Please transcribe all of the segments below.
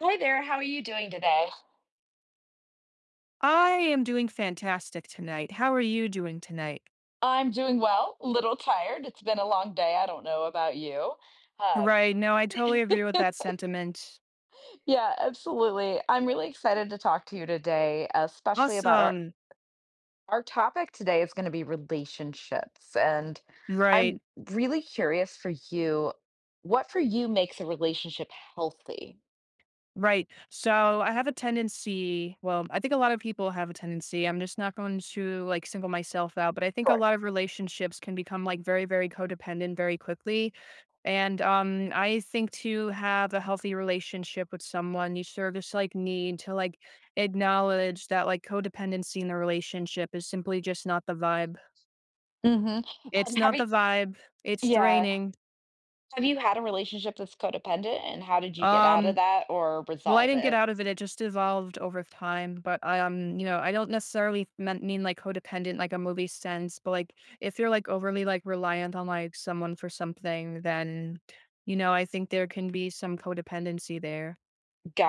Hi there, how are you doing today? I am doing fantastic tonight. How are you doing tonight? I'm doing well, a little tired. It's been a long day. I don't know about you. Um, Right. No, I totally agree with that sentiment. yeah, absolutely. I'm really excited to talk to you today, especially about our Awesome. our topic today is going to be relationships. And I'm Right. really curious for you, what for you makes a relationship healthy? Right. So I have a tendency, well, I think a lot of people have a tendency. I'm just not going to like single myself out, but I think a Sure. lot of relationships can become like very, very codependent very quickly. And I think to have a healthy relationship with someone, you sort of just like need to like acknowledge that like codependency in the relationship is simply just not the vibe. Mm-hmm. Um, It's have not you, the vibe. It's yeah. draining. Have you had a relationship that's codependent and how did you get out of Um that or Well, I resolve didn't get it? out of it. It just evolved over time. But I I don't necessarily meant mean like codependent, like a movie sense. But like, if you're like overly like reliant on like someone for something, then I think there can be some codependency there,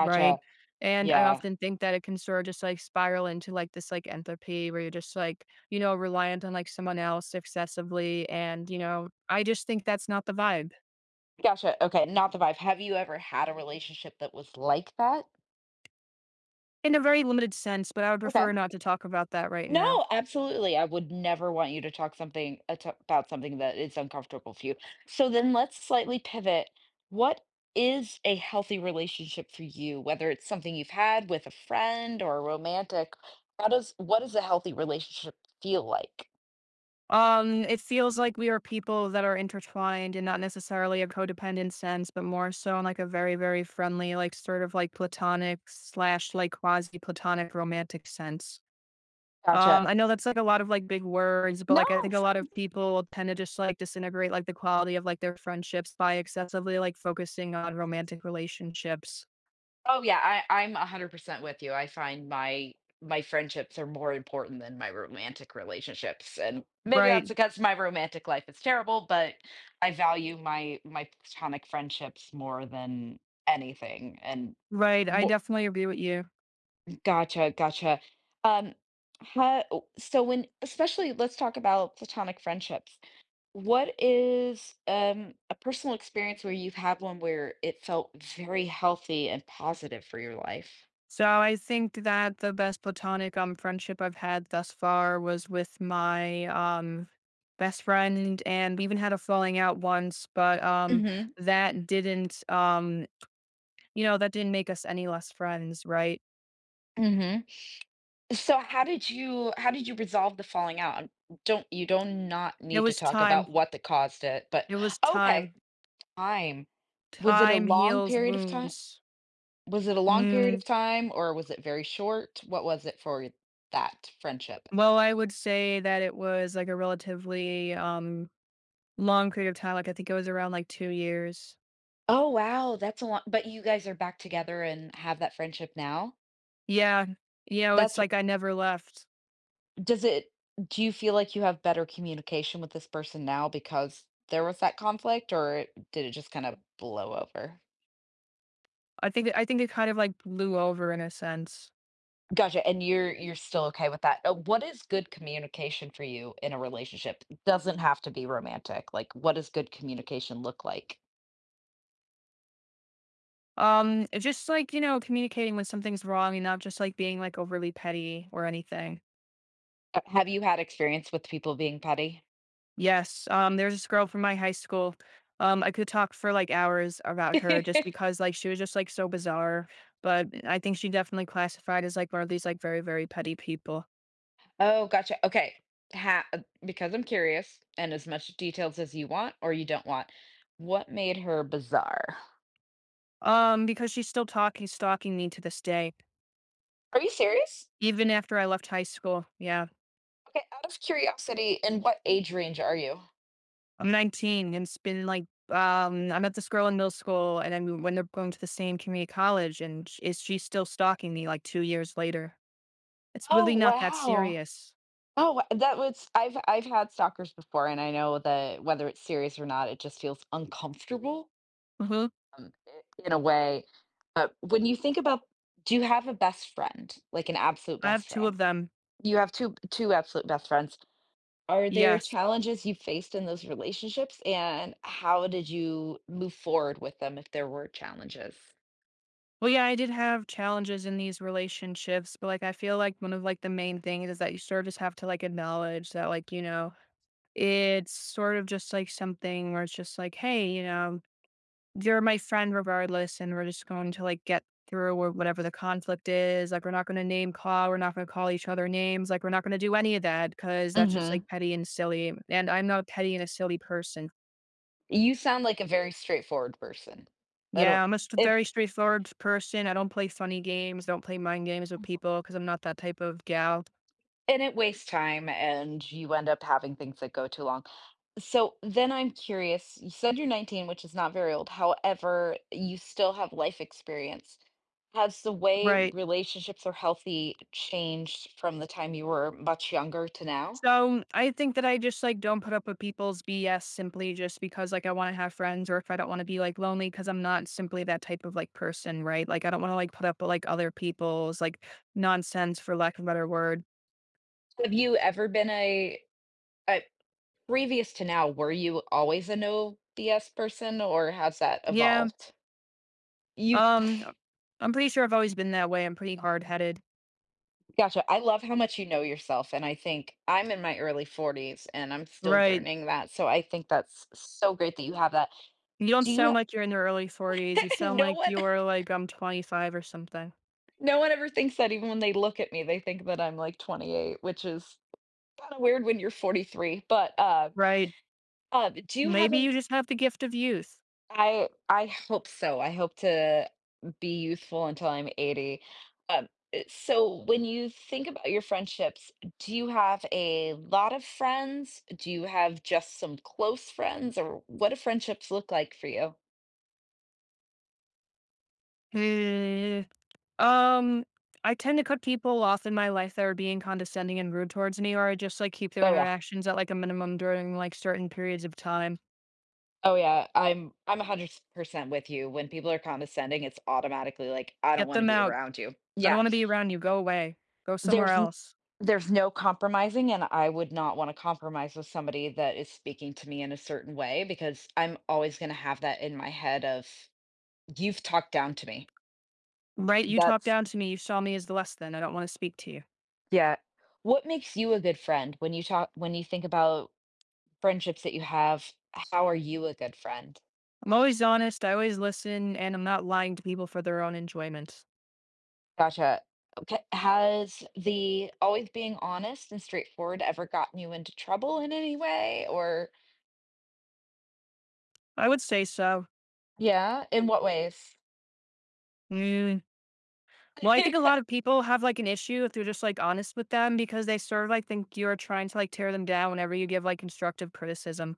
right? And I Yeah. often think that it can sort of just like spiral into like this like entropy where you're just like, reliant on like someone else excessively. And I just think that's not the vibe Gotcha. Okay. Not the vibe. Have you ever had a relationship that was like that? in a very limited sense, but I would Okay. prefer not to talk about that right now. No, absolutely. I would never want you to talk something about something that is uncomfortable for you. So then let's slightly pivot. What is a healthy relationship for you? Whether it's something you've had with a friend or a romantic, how does what does a healthy relationship feel like? It feels like we are people that are intertwined in not necessarily a codependent sense, but more so in like a very, very friendly, like sort of like platonic slash like quasi platonic romantic sense. Gotcha. I know that's like a lot of like big words, but No, like I think it's a lot of fine. people tend to just like disintegrate like the quality of like their friendships by excessively like focusing on romantic relationships. Oh yeah, I'm 100% with you. I find my friendships are more important than my romantic relationships. And maybe that's Right, because my romantic life is terrible, but I value my platonic friendships more than anything. Right. I more, definitely agree with you. gotcha, gotcha. Um ha- so when especially let's talk about platonic friendships. What is a personal experience where you've had one where it felt very healthy and positive for your life? So I think that the best platonic friendship I've had thus far was with my best friend and we even had a falling out once, but Mhm, that didn't um that didn't make us any less friends, right? mhm. So how did you resolve the falling out? Don't not It need to was talk time. about what that caused it, but It was okay, time. time. Was it a Time long heals period of time? wounds. Was it a long period Mm. of time or was it very short? What was it for that friendship? Well, I would say that it was like a relatively long period of time. Like I think it was around like 2 years. Oh, wow, that's a lot. But you guys are back together and have that friendship now? Yeah. You know, That's it's r- like I never left. does it do you feel like you have better communication with this person now because there was that conflict or did it just kind of blow over? I think it kind of like blew over in a sense. Gotcha, and you're still okay with that. What is good communication for you in a relationship? It doesn't have to be romantic, like, what does good communication look like? It's just like, communicating when something's wrong and not just like being like overly petty or anything. Have you had experience with people being petty? Yes. There's this girl from my high school. I could talk for like hours about her just because like she was just like so bizarre. But I think she definitely classified as like one of these like very, very petty people. Oh, gotcha, okay. Ha because I'm curious, and as much details as you want or you don't want, what made her bizarre? Because she's still stalking me to this day, Are you serious? even after I left high school. Yeah. Okay, out of curiosity, in what age range are you? I'm 19 and it's been like I met this girl in middle school and then when they're going to the same community college and is she still stalking me like 2 years later? It's Oh, really not that wow. serious. Oh, that was I've had stalkers before, and I know that whether it's serious or not, it just feels uncomfortable, Hmm. In a way. But when you think about, do you have a best friend, like an absolute I have best two friend? of them. You have two absolute best friends. Are there Yes. challenges you faced in those relationships, and how did you move forward with them if there were challenges? Well, yeah, I did have challenges in these relationships, but like I feel like one of like the main things is that you sort of just have to like acknowledge that like, it's sort of just like something where it's just like, hey, you're my friend regardless, and we're just going to like get through or whatever the conflict is. Like, we're not going to name call. We're not going to call each other names. Like, we're not going to do any of that because that's just Hmm. like petty and silly. And I'm not a petty and a silly person. You sound like a very straightforward person. I Yeah, don't I'm a if very straightforward person. I don't play funny games. Don't play mind games with people because I'm not that type of gal. And it wastes time, and you end up having things that go too long. So then I'm curious, you said you're 19, which is not very old. However, you still have life experience. Has the way Right. relationships are healthy changed from the time you were much younger to now? So I think that I just like don't put up with people's BS simply just because like I want to have friends or if I don't want to be like lonely because I'm not simply that type of like person, right? Like I don't want to like put up with like other people's like nonsense for lack of a better word. Have you ever been a previous to now, were you always a no BS person, or has that Yeah. evolved? You Um I'm pretty sure I've always been that way. I'm pretty hard headed. Gotcha. I love how much you know yourself. And I think I'm in my early 40's and I'm still Right. learning that. So I think that's so great that you have that. You don't Do sound you like you're in your early 40s. You sound no like one you're like I'm 25 or something. no one ever thinks that even when they look at me, they think that I'm like 28, which is kind of weird when you're 43. But Right. Do you have Maybe a you just have the gift of youth. I hope so. I hope to be youthful until I'm 80. Um, so when you think about your friendships, do you have a lot of friends? Do you have just some close friends, or what do friendships look like for you? Um, I tend to cut people off in my life that are being condescending and rude towards me, or I just like keep their Oh yeah. interactions at like a minimum during like certain periods of time. Oh yeah. I'm 100% with you. When people are condescending, it's automatically like, I don't Get want to them be out. around you. I don't Yeah. want to be around you. Go away. Go somewhere There's n else. there's no compromising, and I would not wanna compromise with somebody that is speaking to me in a certain way because I'm always gonna have that in my head of, "You've talked down to me." Right? You talk That's down to me. You saw me as the less than. I don't want to speak to you. yeah. What makes you a good friend when you think about friendships that you have, how are you a good friend? I'm always honest. I always listen, and I'm not lying to people for their own enjoyment. Gotcha. Okay, has the always being honest and straightforward ever gotten you into trouble in any way or I would say so. yeah, in what ways? Mm. Well, I think a lot of people have like an issue if they're just like honest with them because they sort of like think you're trying to like tear them down whenever you give like constructive criticism.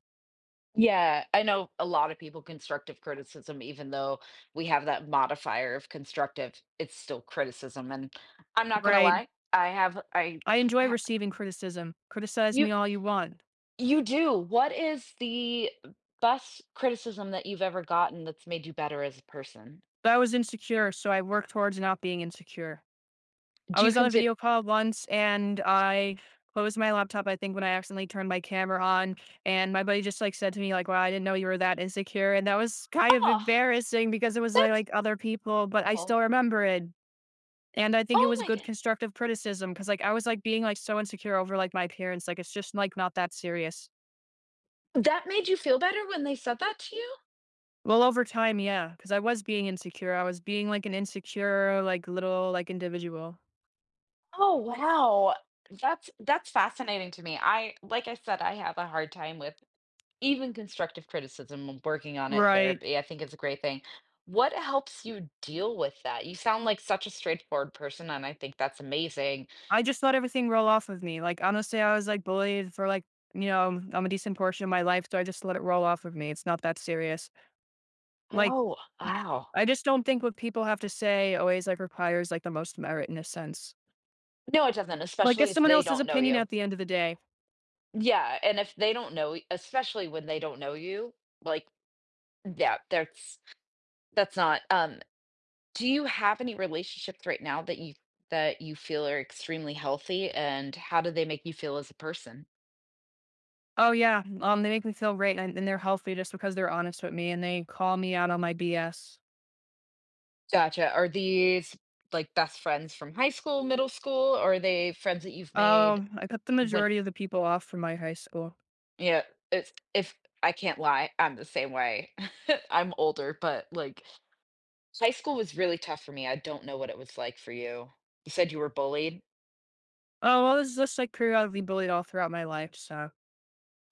Yeah, I know a lot of people constructive criticism, even though we have that modifier of constructive, it's still criticism. And I'm not gonna Right. lie, I have I I enjoy ha- receiving criticism. Criticize you me all you want. you do. What is the best criticism that you've ever gotten that's made you better as a person? But I was insecure, so I worked towards not being insecure. I Do you was on a consider, video call once and I closed my laptop, I think, when I accidentally turned my camera on. And my buddy just like said to me, like, wow, I didn't know you were that insecure. And that was kind of oh, embarrassing because it was that's like other people, but I cool. still remember it. And I think it Oh was my good God. constructive criticism because like I was like being like so insecure over like my appearance. Like it's just like not that serious. That made you feel better when they said that to you? Well, over time, yeah, because I was being insecure. I was being like an insecure, like little, like individual. Oh wow. That's fascinating to me. I like I said, I have a hard time with even constructive criticism, and working on it Right. therapy I think is a great thing. What helps you deal with that? You sound like such a straightforward person and I think that's amazing. I just let everything roll off of me. Like honestly, I was like bullied for like, I'm a decent portion of my life, so I just let it roll off of me. It's not that serious. Like Oh wow. I just don't think what people have to say always like requires like the most merit in a sense. No it doesn't, Like especially it's if someone they else's don't know opinion you. at the end of the day. Yeah, and if they don't know y- especially when they don't know you, like, yeah, that's not do you have any relationships right now that you feel are extremely healthy, and how do they make you feel as a person? Oh yeah, they make me feel great and they're healthy just because they're honest with me and they call me out on my BS. Gotcha. Are these like best friends from high school, middle school, or are they friends that you've made I cut the when majority of the people off from my high school. yeah, it's if I can't lie, I'm the same way. I'm older, but like high school was really tough for me. I don't know what it was like for you. You said you were bullied. Oh, well, this is just, like, periodically bullied all throughout my life, so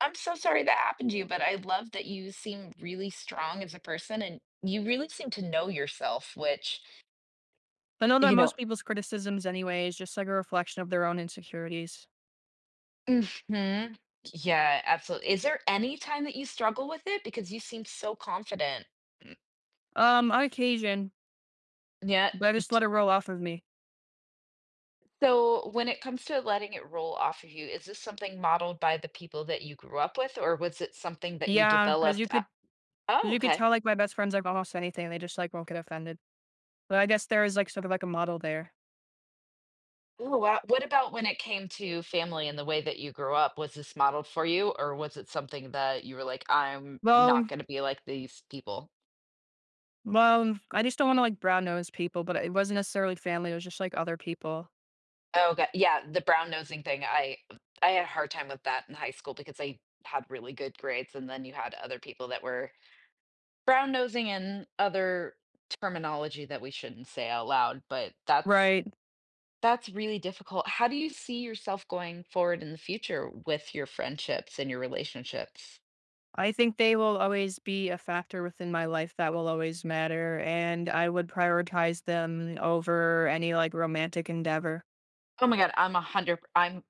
I'm so sorry that happened to you, but I love that you seem really strong as a person and you really seem to know yourself, which, I know that you know, most people's criticisms anyway is just, like, a reflection of their own insecurities. mhm. Yeah, absolutely. Is there any time that you struggle with it? Because you seem so confident. Mm, On occasion, yeah. but I just let it roll off of me. So when it comes to letting it roll off of you, is this something modeled by the people that you grew up with, or was it something that you Yeah, developed? 'Cause Oh, you could okay. tell, like, my best friends, like, almost anything, they just, like, won't get offended. But I guess there is, like, sort of, like, a model there. Oh, wow. What about when it came to family and the way that you grew up? Was this modeled for you, or was it something that you were like, I'm not Well going to be like these people? well, I just don't wanna, like, brown nose people, but it wasn't necessarily family, it was just, like, other people. Oh, god yeah, the brown nosing thing, I had a hard time with that in high school because I had really good grades, and then you had other people that were brown nosing and other terminology that we shouldn't say out loud, but that's Right. that's really difficult. How do you see yourself going forward in the future with your friendships and your relationships? I think they will always be a factor within my life that will always matter, and I would prioritize them over any, like, romantic endeavor. Oh my god, I'm 100 I'm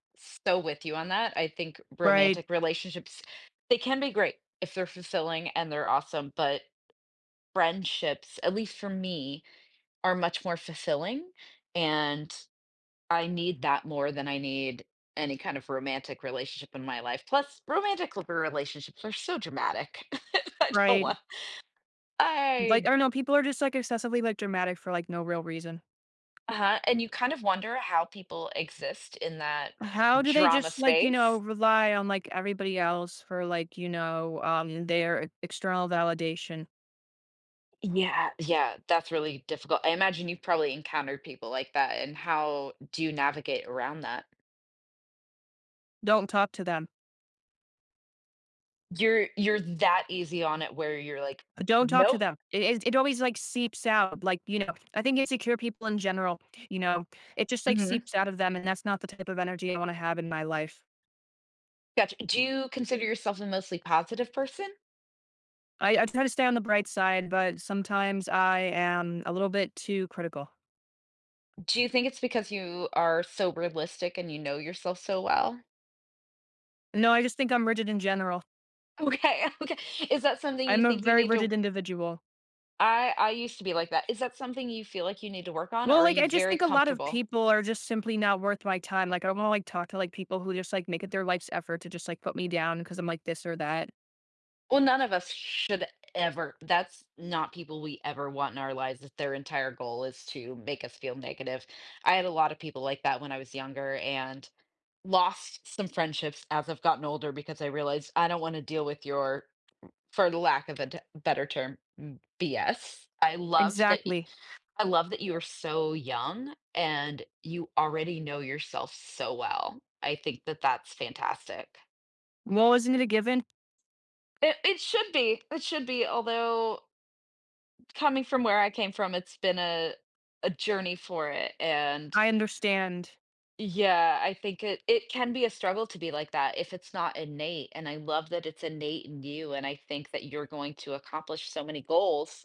so with you on that. I think Right, romantic relationships, they can be great if they're fulfilling and they're awesome, but friendships, at least for me, are much more fulfilling, and I need that more than I need any kind of romantic relationship in my life. Plus, relationships are so dramatic. I don't right. want Like, I I don't know, people are just, like, excessively, like, dramatic for, like, no real reason. uh-huh, and you kind of wonder how people exist in that How do they drama just, like, space. rely on, like, everybody else for, like, their external validation? Yeah, yeah, that's really difficult. I imagine you've probably encountered people like that, and how do you navigate around that? Don't talk to them. You're that easy on it where you're like, Don't talk to nope. them. It always, like, seeps out, like. I think insecure people in general, you know, it just, like, Mm-hmm, seeps out of them, and that's not the type of energy I wanna have in my life. gotcha. Do you consider yourself a mostly positive person? I try to stay on the bright side, but sometimes I am a little bit too critical. Do you think it's because you are so realistic and you know yourself so well? No, I just think I'm rigid in general. Okay, okay. Is that something you I'm a think you very need to rigid individual. I used to be like that. Is that something you feel like you need to work on or Well, are like, you I just very think a lot of comfortable? people are just simply not worth my time, like, I don't wanna, like, talk to, like, people who just, like, make it their life's effort to just, like, put me down because 'cause I'm like this or that. Well, none of us should ever. That's not people we ever want in our lives if their entire goal is to make us feel negative. I had a lot of people like that when I was younger and lost some friendships as I've gotten older because I realized I don't want to deal with your, for the lack of a better term, BS. Exactly. I love that you are so young and you already know yourself so well. I think that that's fantastic. Well, isn't it a given? It should be. It should be. Although coming from where I came from, it's been a journey for it, and I understand. yeah, I think it it can be a struggle to be like that if it's not innate. And I love that it's innate in you. And I think that you're going to accomplish so many goals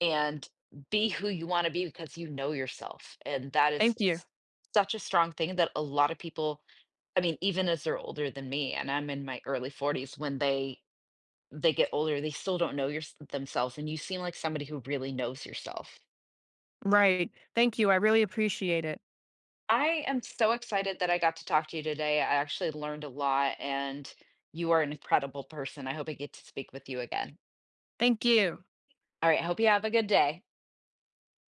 and be who you want to be because you know yourself. And that is Thank you. Such a strong thing that a lot of people, I mean, even as they're older than me, and I'm in my early 40's, when they get older, they still don't know themselves. And you seem like somebody who really knows yourself. Right. Thank you. I really appreciate it. I am so excited that I got to talk to you today. I actually learned a lot, and you are an incredible person. I hope I get to speak with you again. Thank you. All right. Hope you have a good day.